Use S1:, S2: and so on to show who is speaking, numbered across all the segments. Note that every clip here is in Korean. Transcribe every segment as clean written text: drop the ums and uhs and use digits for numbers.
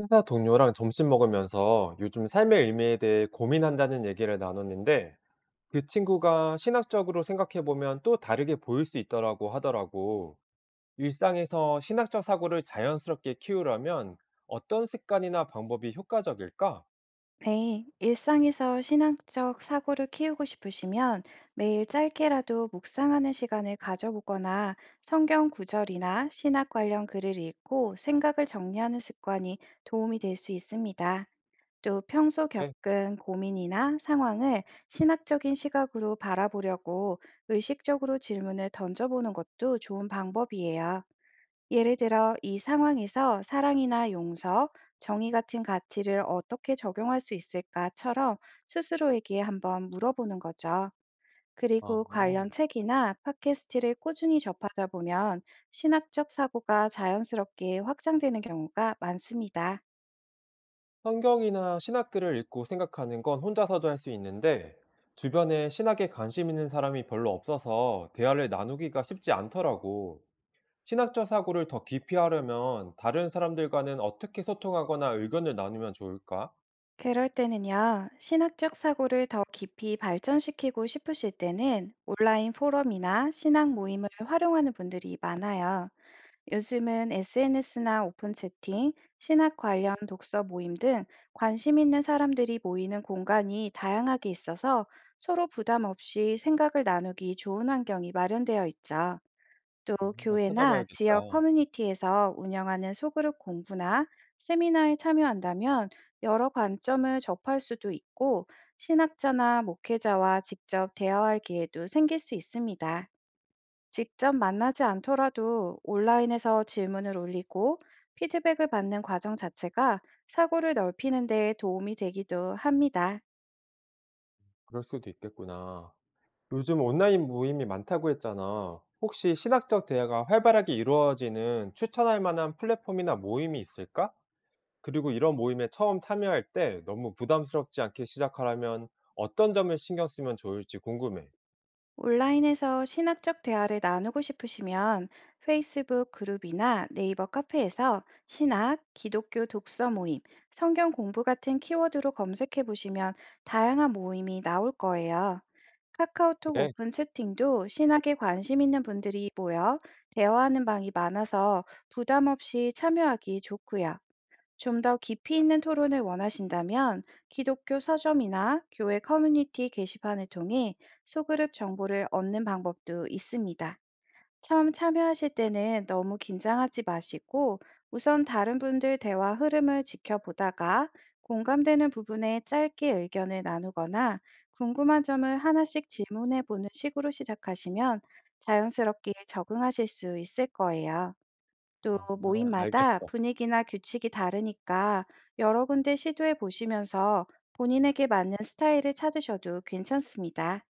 S1: 회사 동료랑 점심 먹으면서 요즘 삶의 의미에 대해 고민한다는 얘기를 나눴는데 그 친구가 신학적으로 생각해보면 또 다르게 보일 수 있더라고 하더라고. 일상에서 신학적 사고를 자연스럽게 키우려면 어떤 습관이나 방법이 효과적일까?
S2: 네, 일상에서 신앙적 사고를 키우고 싶으시면 매일 짧게라도 묵상하는 시간을 가져보거나 성경 구절이나 신학 관련 글을 읽고 생각을 정리하는 습관이 도움이 될 수 있습니다. 또 평소
S1: 네.
S2: 겪은 고민이나 상황을 신학적인 시각으로 바라보려고 의식적으로 질문을 던져보는 것도 좋은 방법이에요. 예를 들어, 이 상황에서 사랑이나 용서, 정의 같은 가치를 어떻게 적용할 수 있을까처럼 스스로에게 한번 물어보는 거죠. 그리고
S1: 아.
S2: 관련 책이나 팟캐스트를 꾸준히 접하다 보면 신학적 사고가 자연스럽게 확장되는 경우가 많습니다.
S1: 성경이나 신학글을 읽고 생각하는 건 혼자서도 할 수 있는데 주변에 신학에 관심 있는 사람이 별로 없어서 대화를 나누기가 쉽지 않더라고. 신학적 사고를 더 깊이 하려면 다른 사람들과는 어떻게 소통하거나 의견을 나누면 좋을까?
S2: 그럴 때는요, 신학적 사고를 더 깊이 발전시키고 싶으실 때는 온라인 포럼이나 신학 모임을 활용하는 분들이 많아요. 요즘은 SNS나 오픈 채팅, 신학 관련 독서 모임 등 관심 있는 사람들이 모이는 공간이 다양하게 있어서 서로 부담 없이 생각을 나누기 좋은 환경이 마련되어 있죠. 또
S1: 어, 한번
S2: 교회나
S1: 찾아봐야겠다.
S2: 지역 커뮤니티에서 운영하는 소그룹 공부나 세미나에 참여한다면 여러 관점을 접할 수도 있고 신학자나 목회자와 직접 대화할 기회도 생길 수 있습니다. 직접 만나지 않더라도 온라인에서 질문을 올리고 피드백을 받는 과정 자체가 사고를 넓히는 데 도움이 되기도 합니다.
S1: 그럴 수도 있겠구나. 요즘 온라인 모임이 많다고 했잖아. 혹시 신학적 대화가 활발하게 이루어지는 추천할 만한 플랫폼이나 모임이 있을까? 그리고 이런 모임에 처음 참여할 때 너무 부담스럽지 않게 시작하려면 어떤 점을 신경 쓰면 좋을지 궁금해.
S2: 온라인에서 신학적 대화를 나누고 싶으시면 페이스북 그룹이나 네이버 카페에서 신학, 기독교 독서 모임, 성경 공부 같은 키워드로 검색해 보시면 다양한 모임이 나올 거예요. 카카오톡
S1: 그래?
S2: 오픈 채팅도 신학에 관심 있는 분들이 모여 대화하는 방이 많아서 부담 없이 참여하기 좋고요. 좀 더 깊이 있는 토론을 원하신다면 기독교 서점이나 교회 커뮤니티 게시판을 통해 소그룹 정보를 얻는 방법도 있습니다. 처음 참여하실 때는 너무 긴장하지 마시고 우선 다른 분들 대화 흐름을 지켜보다가 공감되는 부분에 짧게 의견을 나누거나 궁금한 점을 하나씩 질문해 보는 식으로 시작하시면 자연스럽게 적응하실 수 있을 거예요. 또
S1: 아,
S2: 모임마다
S1: 알겠어.
S2: 분위기나 규칙이 다르니까 여러 군데 시도해 보시면서 본인에게 맞는 스타일을 찾으셔도 괜찮습니다.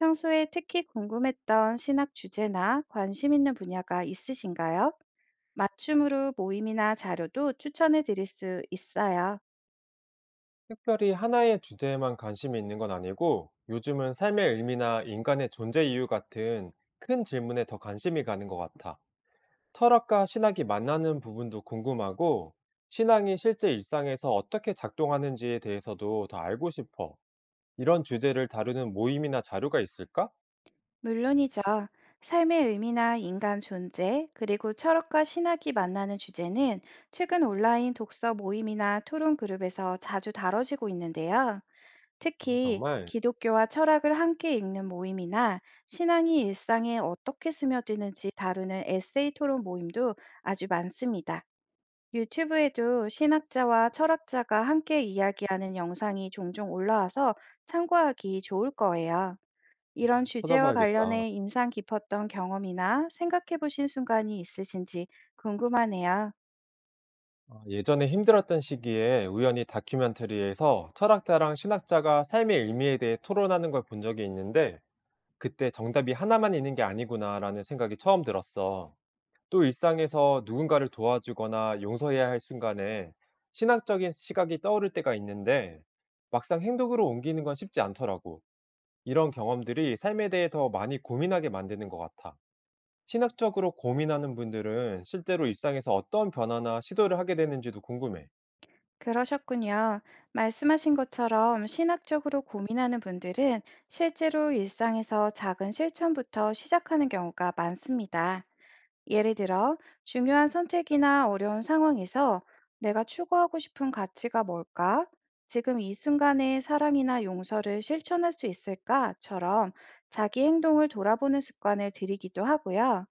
S2: 평소에 특히 궁금했던 신학 주제나 관심 있는 분야가 있으신가요? 맞춤으로 모임이나 자료도 추천해 드릴 수 있어요.
S1: 특별히 하나의 주제에만 관심이 있는 건 아니고 요즘은 삶의 의미나 인간의 존재 이유 같은 큰 질문에 더 관심이 가는 것 같아. 철학과 신학이 만나는 부분도 궁금하고 신앙이 실제 일상에서 어떻게 작동하는지에 대해서도 더 알고 싶어. 이런 주제를 다루는 모임이나 자료가 있을까?
S2: 물론이죠. 삶의 의미나 인간 존재, 그리고 철학과 신학이 만나는 주제는 최근 온라인 독서 모임이나 토론 그룹에서 자주 다뤄지고 있는데요.
S1: 아,
S2: 특히
S1: 정말
S2: 기독교와 철학을 함께 읽는 모임이나 신앙이 일상에 어떻게 스며드는지 다루는 에세이 토론 모임도 아주 많습니다. 유튜브에도 신학자와 철학자가 함께 이야기하는 영상이 종종 올라와서 참고하기 좋을 거예요. 이런 주제와
S1: 찾아봐야겠다.
S2: 관련해 인상 깊었던 경험이나 생각해 보신 순간이 있으신지 궁금하네요.
S1: 아, 예전에 힘들었던 시기에 우연히 다큐멘터리에서 철학자랑 신학자가 삶의 의미에 대해 토론하는 걸 본 적이 있는데 '그때 정답이 하나만 있는 게 아니구나.'라는 생각이 처음 들었어. 또 일상에서 누군가를 도와주거나 용서해야 할 순간에 신학적인 시각이 떠오를 때가 있는데 막상 행동으로 옮기는 건 쉽지 않더라고. 이런 경험들이 삶에 대해 더 많이 고민하게 만드는 것 같아. 신학적으로 고민하는 분들은 실제로 일상에서 어떤 변화나 시도를 하게 되는지도 궁금해.
S2: 그러셨군요. 말씀하신 것처럼 신학적으로 고민하는 분들은 실제로 일상에서 작은 실천부터 시작하는 경우가 많습니다. 예를 들어, 중요한 선택이나 어려운 상황에서 내가 추구하고 싶은 가치가 뭘까? 지금 이 순간에 사랑이나 용서를 실천할 수 있을까?처럼 자기 행동을 돌아보는 습관을 들이기도 하고요.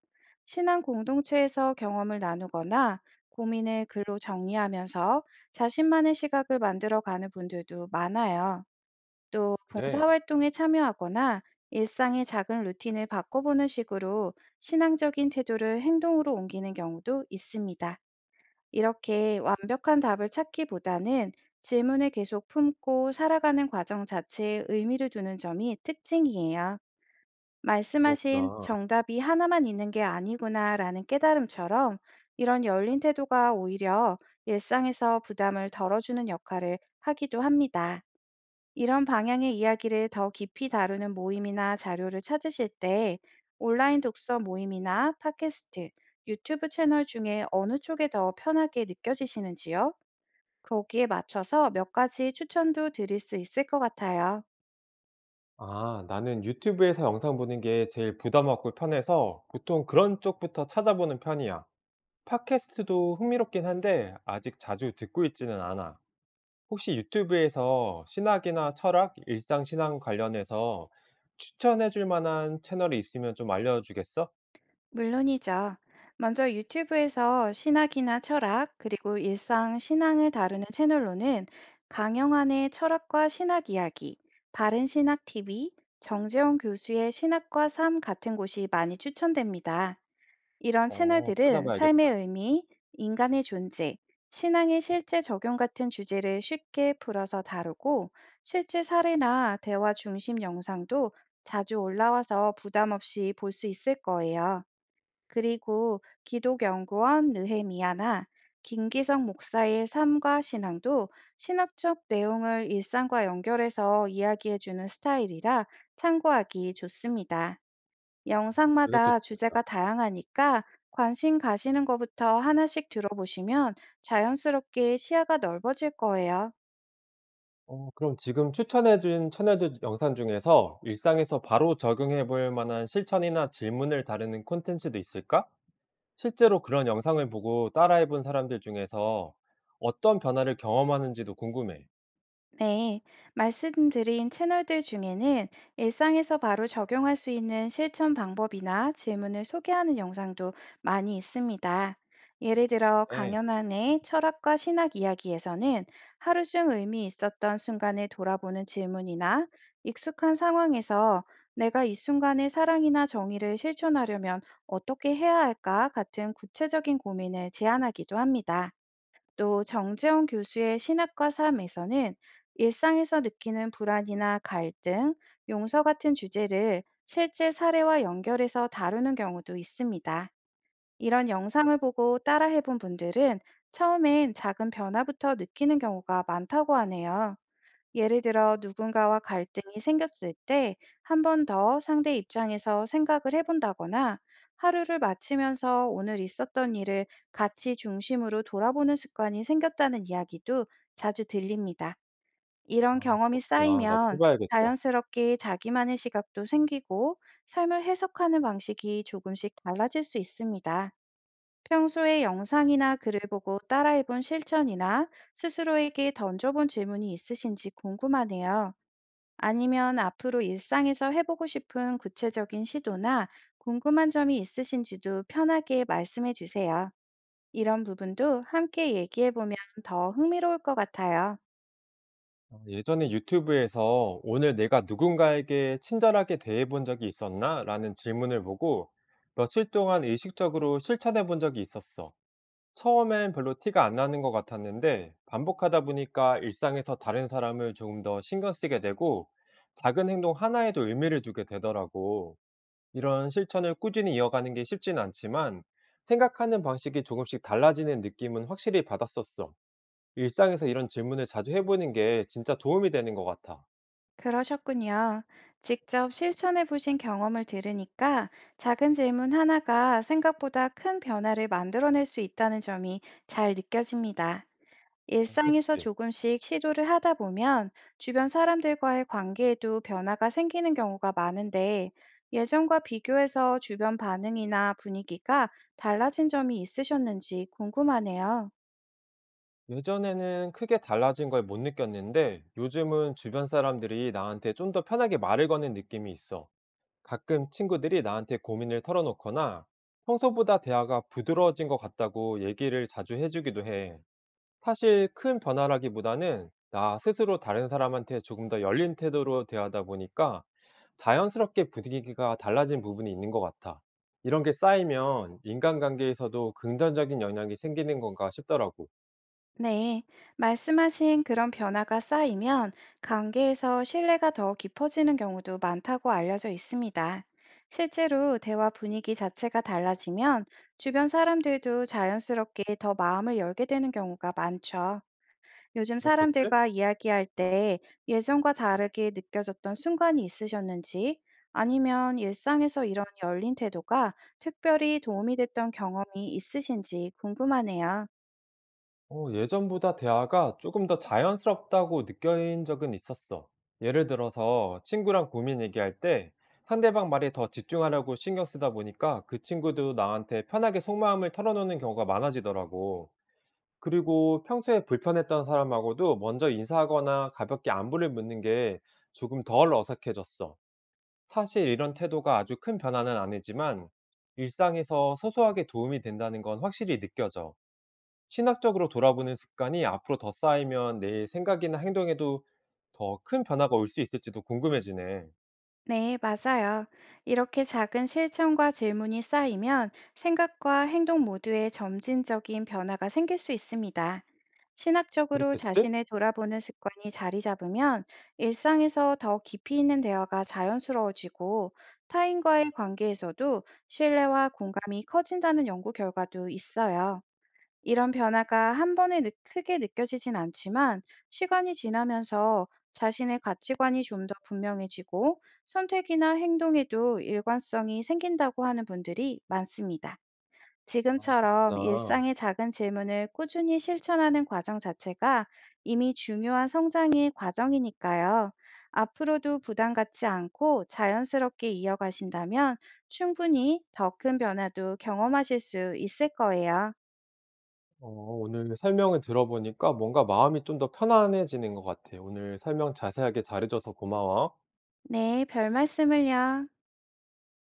S2: 신앙 공동체에서 경험을 나누거나 고민을 글로 정리하면서 자신만의 시각을 만들어 가는 분들도 많아요. 또
S1: 그래,
S2: 봉사활동에 참여하거나 일상의 작은 루틴을 바꿔보는 식으로 신앙적인 태도를 행동으로 옮기는 경우도 있습니다. 이렇게 완벽한 답을 찾기보다는 질문을 계속 품고 살아가는 과정 자체에 의미를 두는 점이 특징이에요. 말씀하신
S1: 그렇구나.
S2: 정답이 하나만 있는 게 아니구나라는 깨달음처럼 이런 열린 태도가 오히려 일상에서 부담을 덜어주는 역할을 하기도 합니다. 이런 방향의 이야기를 더 깊이 다루는 모임이나 자료를 찾으실 때 온라인 독서 모임이나 팟캐스트, 유튜브 채널 중에 어느 쪽에 더 편하게 느껴지시는지요? 거기에 맞춰서 몇 가지 추천도 드릴 수 있을 것 같아요.
S1: 아, 나는 유튜브에서 영상 보는 게 제일 부담 없고 편해서 보통 그런 쪽부터 찾아보는 편이야. 팟캐스트도 흥미롭긴 한데 아직 자주 듣고 있지는 않아. 혹시 유튜브에서 신학이나 철학, 일상신앙 관련해서 추천해 줄 만한 채널이 있으면 좀 알려주겠어?
S2: 물론이죠. 먼저 유튜브에서 신학이나 철학, 그리고 일상 신앙을 다루는 채널로는 강영환의 철학과 신학 이야기, 바른 신학 TV, 정재원 교수의 신학과 삶 같은 곳이 많이 추천됩니다. 이런
S1: 어,
S2: 채널들은
S1: 찾아봐야겠다.
S2: 삶의 의미, 인간의 존재, 신앙의 실제 적용 같은 주제를 쉽게 풀어서 다루고 실제 사례나 대화 중심 영상도 자주 올라와서 부담 없이 볼 수 있을 거예요. 그리고 기독연구원 느헤미야나 김기성 목사의 삶과 신앙도 신학적 내용을 일상과 연결해서 이야기해주는 스타일이라 참고하기 좋습니다.
S1: 이것도
S2: 영상마다
S1: 좋겠다.
S2: 주제가 다양하니까 관심 가시는 것부터 하나씩 들어보시면 자연스럽게 시야가 넓어질 거예요.
S1: 어, 그럼 지금 추천해 준 채널들 영상 중에서 일상에서 바로 적용해 볼 만한 실천이나 질문을 다루는 콘텐츠도 있을까? 실제로 그런 영상을 보고 따라해 본 사람들 중에서 어떤 변화를 경험하는지도 궁금해.
S2: 네, 말씀드린 채널들 중에는 일상에서 바로 적용할 수 있는 실천 방법이나 질문을 소개하는 영상도 많이 있습니다. 예를 들어 강연 안의 철학과 신학 이야기에서는 하루 중 의미 있었던 순간을 돌아보는 질문이나 익숙한 상황에서 내가 이 순간의 사랑이나 정의를 실천하려면 어떻게 해야 할까 같은 구체적인 고민을 제안하기도 합니다. 또 정재원 교수의 신학과 삶에서는 일상에서 느끼는 불안이나 갈등, 용서 같은 주제를 실제 사례와 연결해서 다루는 경우도 있습니다. 이런 영상을 보고 따라해본 분들은 처음엔 작은 변화부터 느끼는 경우가 많다고 하네요. 예를 들어 누군가와 갈등이 생겼을 때 한 번 더 상대 입장에서 생각을 해본다거나 하루를 마치면서 오늘 있었던 일을 같이 중심으로 돌아보는 습관이 생겼다는 이야기도 자주 들립니다. 이런
S1: 아,
S2: 경험이
S1: 그렇구나. 나도 해
S2: 쌓이면
S1: 봐야겠다.
S2: 자연스럽게 자기만의 시각도 생기고 삶을 해석하는 방식이 조금씩 달라질 수 있습니다. 평소에 영상이나 글을 보고 따라해본 실천이나 스스로에게 던져본 질문이 있으신지 궁금하네요. 아니면 앞으로 일상에서 해보고 싶은 구체적인 시도나 궁금한 점이 있으신지도 편하게 말씀해 주세요. 이런 부분도 함께 얘기해 보면 더 흥미로울 것 같아요.
S1: 어, 예전에 유튜브에서 "오늘 내가 누군가에게 친절하게 대해 본 적이 있었나?" 라는 질문을 보고 며칠 동안 의식적으로 실천해 본 적이 있었어. 처음엔 별로 티가 안 나는 것 같았는데 반복하다 보니까 일상에서 다른 사람을 조금 더 신경 쓰게 되고 작은 행동 하나에도 의미를 두게 되더라고. 이런 실천을 꾸준히 이어가는 게 쉽진 않지만 생각하는 방식이 조금씩 달라지는 느낌은 확실히 받았었어. 일상에서 이런 질문을 자주 해 보는 게 진짜 도움이 되는 것 같아.
S2: 그러셨군요. 직접 실천해 보신 경험을 들으니까 작은 질문 하나가 생각보다 큰 변화를 만들어낼 수 있다는 점이 잘 느껴집니다.
S1: 어,
S2: 일상에서
S1: 그치.
S2: 조금씩 시도를 하다 보면 주변 사람들과의 관계에도 변화가 생기는 경우가 많은데 예전과 비교해서 주변 반응이나 분위기가 달라진 점이 있으셨는지 궁금하네요.
S1: 예전에는 크게 달라진 걸 못 느꼈는데 요즘은 주변 사람들이 나한테 좀 더 편하게 말을 거는 느낌이 있어. 가끔 친구들이 나한테 고민을 털어놓거나 평소보다 대화가 부드러워진 것 같다고 얘기를 자주 해주기도 해. 사실 큰 변화라기보다는 나 스스로 다른 사람한테 조금 더 열린 태도로 대하다 보니까 자연스럽게 분위기가 달라진 부분이 있는 것 같아. 이런 게 쌓이면 인간관계에서도 긍정적인 영향이 생기는 건가 싶더라고.
S2: 네, 말씀하신 그런 변화가 쌓이면 관계에서 신뢰가 더 깊어지는 경우도 많다고 알려져 있습니다. 실제로 대화 분위기 자체가 달라지면 주변 사람들도 자연스럽게 더 마음을 열게 되는 경우가 많죠. 요즘
S1: 그렇겠지?
S2: 사람들과 이야기할 때 예전과 다르게 느껴졌던 순간이 있으셨는지, 아니면 일상에서 이런 열린 태도가 특별히 도움이 됐던 경험이 있으신지 궁금하네요.
S1: 어, 예전보다 대화가 조금 더 자연스럽다고 느낀 적은 있었어. 예를 들어서 친구랑 고민 얘기할 때 상대방 말에 더 집중하려고 신경 쓰다 보니까 그 친구도 나한테 편하게 속마음을 털어놓는 경우가 많아지더라고. 그리고 평소에 불편했던 사람하고도 먼저 인사하거나 가볍게 안부를 묻는 게 조금 덜 어색해졌어. 사실 이런 태도가 아주 큰 변화는 아니지만 일상에서 소소하게 도움이 된다는 건 확실히 느껴져. 신학적으로 돌아보는 습관이 앞으로 더 쌓이면 내 생각이나 행동에도 더 큰 변화가 올 수 있을지도 궁금해지네.
S2: 네, 맞아요. 이렇게 작은 실천과 질문이 쌓이면 생각과 행동 모두에 점진적인 변화가 생길 수 있습니다. 신학적으로
S1: 그렇겠지?
S2: 자신을 돌아보는 습관이 자리 잡으면 일상에서 더 깊이 있는 대화가 자연스러워지고 타인과의 관계에서도 신뢰와 공감이 커진다는 연구 결과도 있어요. 이런 변화가 한 번에 크게 느껴지진 않지만 시간이 지나면서 자신의 가치관이 좀 더 분명해지고 선택이나 행동에도 일관성이 생긴다고 하는 분들이 많습니다.
S1: 아,
S2: 지금처럼
S1: 그렇구나.
S2: 일상의 작은 질문을 꾸준히 실천하는 과정 자체가 이미 중요한 성장의 과정이니까요. 앞으로도 부담 갖지 않고 자연스럽게 이어가신다면 충분히 더 큰 변화도 경험하실 수 있을 거예요.
S1: 어, 오늘 설명을 들어보니까 뭔가 마음이 좀 더 편안해지는 것 같아. 오늘 설명 자세하게 잘해줘서 고마워.
S2: 네, 별 말씀을요.